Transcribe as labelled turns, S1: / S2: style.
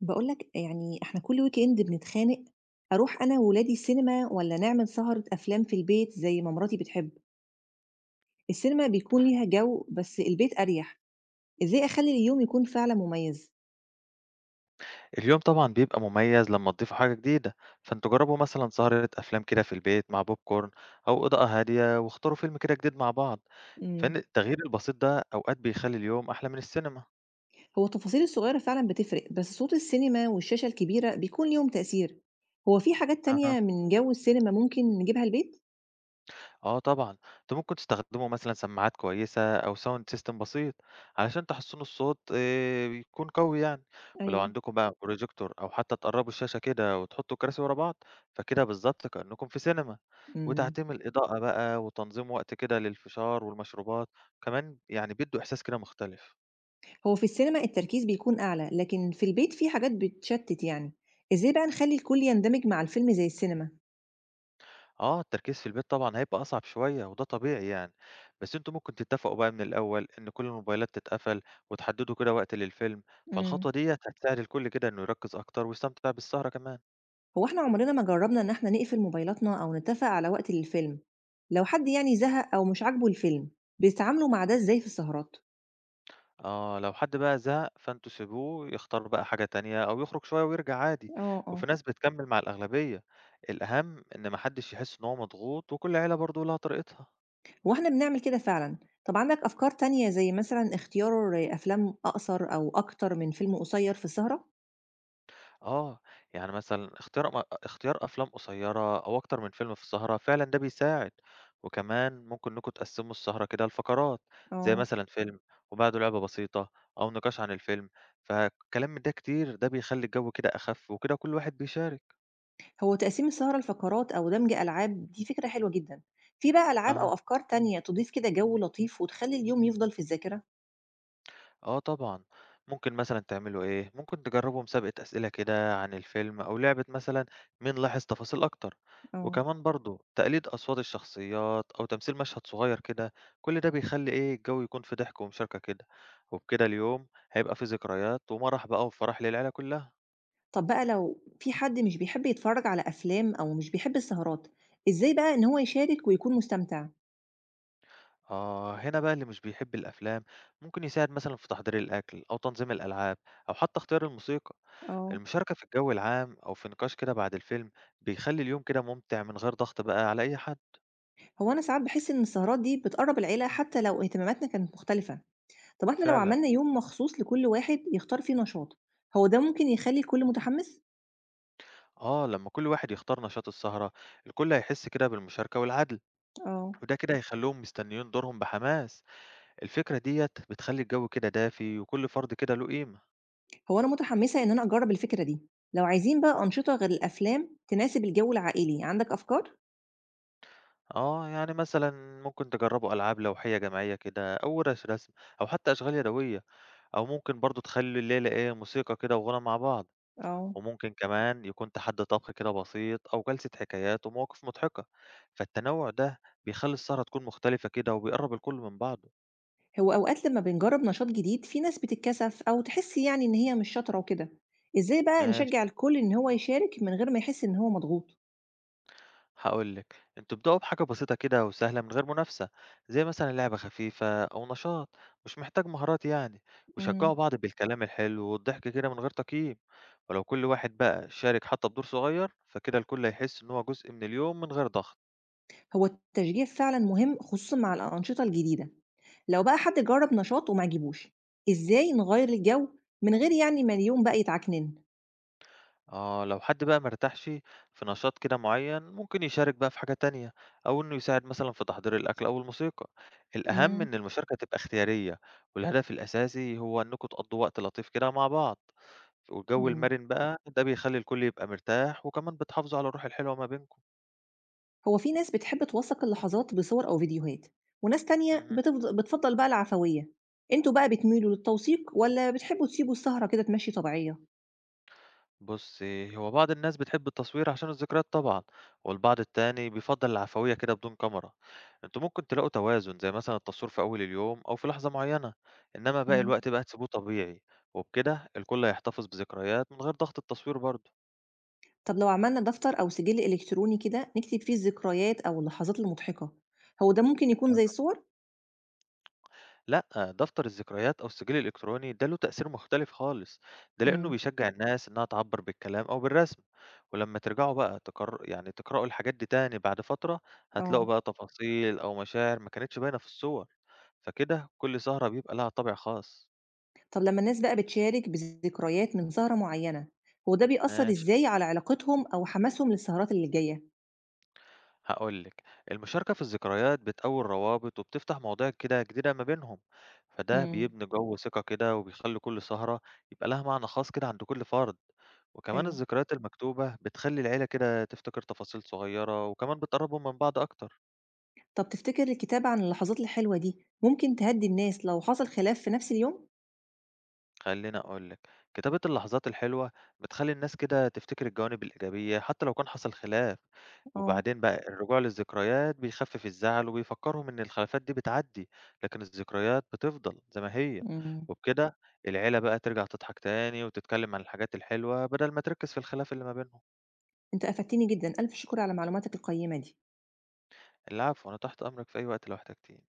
S1: باقول لك يعني إحنا كل weekend بنتخانق. أروح أنا وولادي السينما والّا نعمل سهرة أفلام في البيت زي ما مراتي بتحب، السينما بيكون ليها جو بس البيت أريح، إزاي أخلّي اليوم يكون فعلًا مميز؟
S2: اليوم طبعًا بيبقى مميز لمّا تضيفوا حاجة جديدة، فأنتوا جربوا مثلًا سهرة أفلام كده في البيت مع بوب كورن أو إضاءة هادية، واختاروا فيلم كده جديد مع بعض،
S1: إمم،
S2: فإن التغيير البسيط ده أوقات بيخلّي اليوم أحلى من السينما.
S1: هو التفاصيل الصغيرة فعلًا بتفرق، بس صوت السينما والشاشة الكبيرة بيكون ليهم تأثير، هو في حاجات
S2: أها،
S1: تانية من جو السينما ممكن نجيبها البيت؟
S2: آه طبعًا، أنتم ممكن تستخدموا مثلًا سماعات كويسة أو sound system بسيط علشان تحسّنوا الصوت يكون قوي يعني، ولو
S1: أيوه.
S2: عندكم بقى projector أو حتى تقرّبوا الشاشة كده وتحطّوا كراسي ورا بعض، فكده بالضبط كإنّكم في سينما،
S1: إمم،
S2: وتعتيم الإضاءة بقى وتنظيم وقت كده للفشار والمشروبات، كمان يعني بيدّوا إحساس كده مختلف.
S1: هو في السينما التركيز بيكون أعلى، لكن في البيت في حاجات بتشتت يعني، إزاي بقى نخلّي الكل يندمج مع الفيلم زي السينما؟
S2: آه، التركيز في البيت طبعًا هيبقى أصعب شوية وده طبيعي يعني، بس أنتم ممكن تتفقوا بقى من الأول إن كل الموبايلات تتقفل وتحددوا كده وقت للفيلم،
S1: إمم.
S2: فالخطوة ديّة هتساعد الكل كده إنه يركّز أكتر ويستمتع بالسهرة كمان.
S1: هو إحنا عمرنا ما جرّبنا إن إحنا نقفل موبايلاتنا أو نتّفق على وقت للفيلم، لو حد يعني زهق أو مش عاجبه الفيلم، بيتعاملوا مع ده إزاي في السهرات؟
S2: آه، لو حد بقى زهق فأنتم سيبوه يختار بقى حاجة تانية أو يخرج شوية ويرجع عادي،
S1: آه،
S2: وفي
S1: آه.
S2: ناس بتكمّل مع الأغلبية، الأهم إن ما حدش يحس إن هو مضغوط وكل عيلة برضه لها طريقتها.
S1: هو إحنا بنعمل كده فعلًا. طَب عندك أفكار تانية زي مثلًا اختيار أفلام أقصر أو أكتر من فيلم قصيّر في السهرة؟
S2: آه، يعني مثلًا اختيار أفلام قصيّرة أو أكتر من فيلم في السهرة فعلًا ده بيساعد، وكمان ممكن إنكم تقسّموا السهرة كده لفقرات، زي
S1: آه.
S2: مثلًا فيلم وبعده لعبة بسيطة أو نقاش عن الفيلم، فكلام من ده كتير ده بيخلّي الجو كده أخف وكده كل واحد بيشارك.
S1: هو تقسيم السهرة لفقرات أو دمج ألعاب دي فكرة حلوة جدًا. في بقى ألعاب
S2: أها.
S1: أو أفكار تانية تضيف كده جو لطيف وتخلّي اليوم يفضل في الذاكرة؟
S2: آه طبعًا، ممكن مثلًا تعملوا إيه، ممكن تجرّبوا مسابقة أسئلة كده عن الفيلم أو لعبة مثلًا مين لاحظ تفاصيل أكتر،
S1: آه.
S2: وكمان برضه تقليد أصوات الشخصيات أو تمثيل مشهد صغير كده، كل ده بيخلّي إيه، الجو يكون فيه ضحك ومشاركة كده، وبكده اليوم هيبقى فيه ذكريات ومرح بقى وفرح للعيلة كلها.
S1: طب بقى لو في حد مش بيحب يتفرّج على أفلام أو مش بيحب السهرات، إزاي بقى إن هو يشارك ويكون مستمتع؟
S2: آه، هنا بقى اللي مش بيحب الأفلام ممكن يساعد مثلًا في تحضير الأكل أو تنظيم الألعاب أو حتى اختيار الموسيقى.
S1: آه.
S2: المشاركة في الجو العام أو في نقاش كده بعد الفيلم بيخلي اليوم كده ممتع من غير ضغط بقى على أي حد.
S1: هو أنا ساعات باحس إن السهرات دي بتقرّب العيلة حتى لو اهتماماتنا كانت مختلفة، طب إحنا لو
S2: فعلا.
S1: عملنا يوم مخصوص لكل واحد يختار فيه نشاط، هو ده ممكن يخلّي الكل متحمّس؟
S2: آه، لما كل واحد يختار نشاط السهرة الكل هيحس كده بالمشاركة والعدل،
S1: آه.
S2: وده كده هيخليهم مستنيين دورهم بحماس، الفكرة ديت بتخلي الجو كده دافي وكل فرد كده له قيمة.
S1: هو أنا متحمّسة إن أنا أجرّب الفكرة دي، لو عايزين بقى أنشطة غير الأفلام تناسب الجو العائلي، عندك أفكار؟
S2: آه يعني مثلا ممكن تجربوا ألعاب لوحية جماعية كده أو ورش رسم أو حتى أشغال يدوية، أو ممكن برضو تخلي الليلة إيه موسيقى كده وغنى مع بعض،
S1: آه.
S2: وممكن كمان يكون تحدي طبخ كده بسيط أو جلسة حكايات ومواقف مضحكة، فالتنوع ده بيخلي السهرة تكون مختلفة كده وبيقرب الكل من بعضه.
S1: هو أوقات لما بنجرب نشاط جديد في ناس بتتكسف أو تحس يعني إن هي مش شاطرة وكده. إزاي بقى
S2: ماشي،
S1: نشجع الكل إن هو يشارك من غير ما يحس إن هو مضغوط؟
S2: هقولك انتوا ابدأوا بحاجة بسيطة كده وسهلة من غير منافسة، زي مثلا لعبة خفيفة أو نشاط مش محتاج مهارات يعني، وشجعوا
S1: مم.
S2: بعض بالكلام الحلو والضحك كده من غير تقييم، ولو كل واحد بقى شارك حتى بدور صغير فكده الكل هيحس إن هو جزء من اليوم من غير ضغط.
S1: هو التشجيع فعلا مهم خصوصا مع الأنشطة الجديدة. لو بقى حد جرب نشاط وما عجبوش، إزاي نغير الجو من غير ما اليوم بقى يتعكنن؟
S2: آه، لو حد بقى مرتاحش في نشاط كده معين ممكن يشارك بقى في حاجة تانية، أو إنه يساعد مثلا في تحضير الأكل أو الموسيقى، الأهم
S1: مم.
S2: إن المشاركة تبقى اختيارية، والهدف الأساسي هو إنكم تقضوا وقت لطيف كده مع بعض، والجو
S1: مم.
S2: المرن بقى ده بيخلي الكل يبقى مرتاح وكمان بتحافظوا على الروح الحلوة ما بينكم.
S1: هو في ناس بتحب توثق اللحظات بصور أو فيديوهات، وناس تانية بتفضل بقى العفوية. انتوا بقى بتميلوا للتوثيق ولا بتحبوا تسيبوا السهرة كده تمشي طبيعية؟
S2: بُص، هو بعض الناس بتحب التصوير عشان الذكريات طبعًا، والبعض التاني بيفضّل العفوية كده بدون كاميرا. أنتم ممكن تلاقوا توازن، زي مثلًا التصوير في أول اليوم أو في لحظة معيّنة، إنما باقي
S1: مم.
S2: الوقت بقى تسيبوه طبيعي، وبكده الكل هيحتفظ بذكريات من غير ضغط التصوير برضه.
S1: طب لو عملنا دفتر أو سجل إلكتروني كده نكتب فيه الذكريات أو اللحظات المضحكة، هو ده ممكن يكون زي صور؟
S2: لأ، دفتر الذكريات أو السجل الإلكتروني ده له تأثير مختلف خالص، ده لإنه
S1: امم.
S2: بيشجّع الناس إنها تعبّر بالكلام أو بالرسم، ولمّا ترجعوا بقى تقرأوا الحاجات دي تاني بعد فترة، هتلاقوا
S1: اه.
S2: بقى تفاصيل أو مشاعر ما كانتش باينة في الصور، فكده كل سهرة بيبقى لها طابع خاص.
S1: طب لما الناس بقى بتشارك بذكريات من سهرة معينة، هو ده بيأثر
S2: ماشي.
S1: إزاي على علاقتهم أو حماسهم للسهرات اللي جاية؟
S2: هاقول لِك، المشاركة في الذكريات بتقوي الروابط وبتفتح مواضيع كده جديدة ما بينهم، فده
S1: امم.
S2: بيبني جو ثقة كده وبيخلي كل سهرة يبقى لها معنى خاص كده عند كل فرد، وكمان
S1: ايوه.
S2: الذكريات المكتوبة بتخلي العيلة كده تفتكر تفاصيل صغيرة وكمان بتقربهم من بعض أكتر.
S1: طب تفتكر الكتابة عن اللحظات الحلوة دي ممكن تهدي الناس لو حصل خلاف في نفس اليوم؟
S2: خلّيني أقول لِك، كتابة اللحظات الحلوة بتخلّي الناس كده تفتكر الجوانب الإيجابية حتى لو كان حصل خلاف،
S1: اه.
S2: وبعدين بقى الرجوع للذكريات بيخفف الزعل وبيفكّرهم إن الخلافات دي بتعدّي، لكن الذكريات بتفضل زي ما هي،
S1: امم.
S2: وبكده العيلة بقى ترجع تضحك تاني وتتكلّم عن الحاجات الحلوة بدل ما تركّز في الخلاف اللي ما بينهم.
S1: انت أفدتني جدا، ألف شكر على معلوماتك القيمة دي.
S2: العفو، أنا تحت أمرك في أي وقت لو احتجتيني.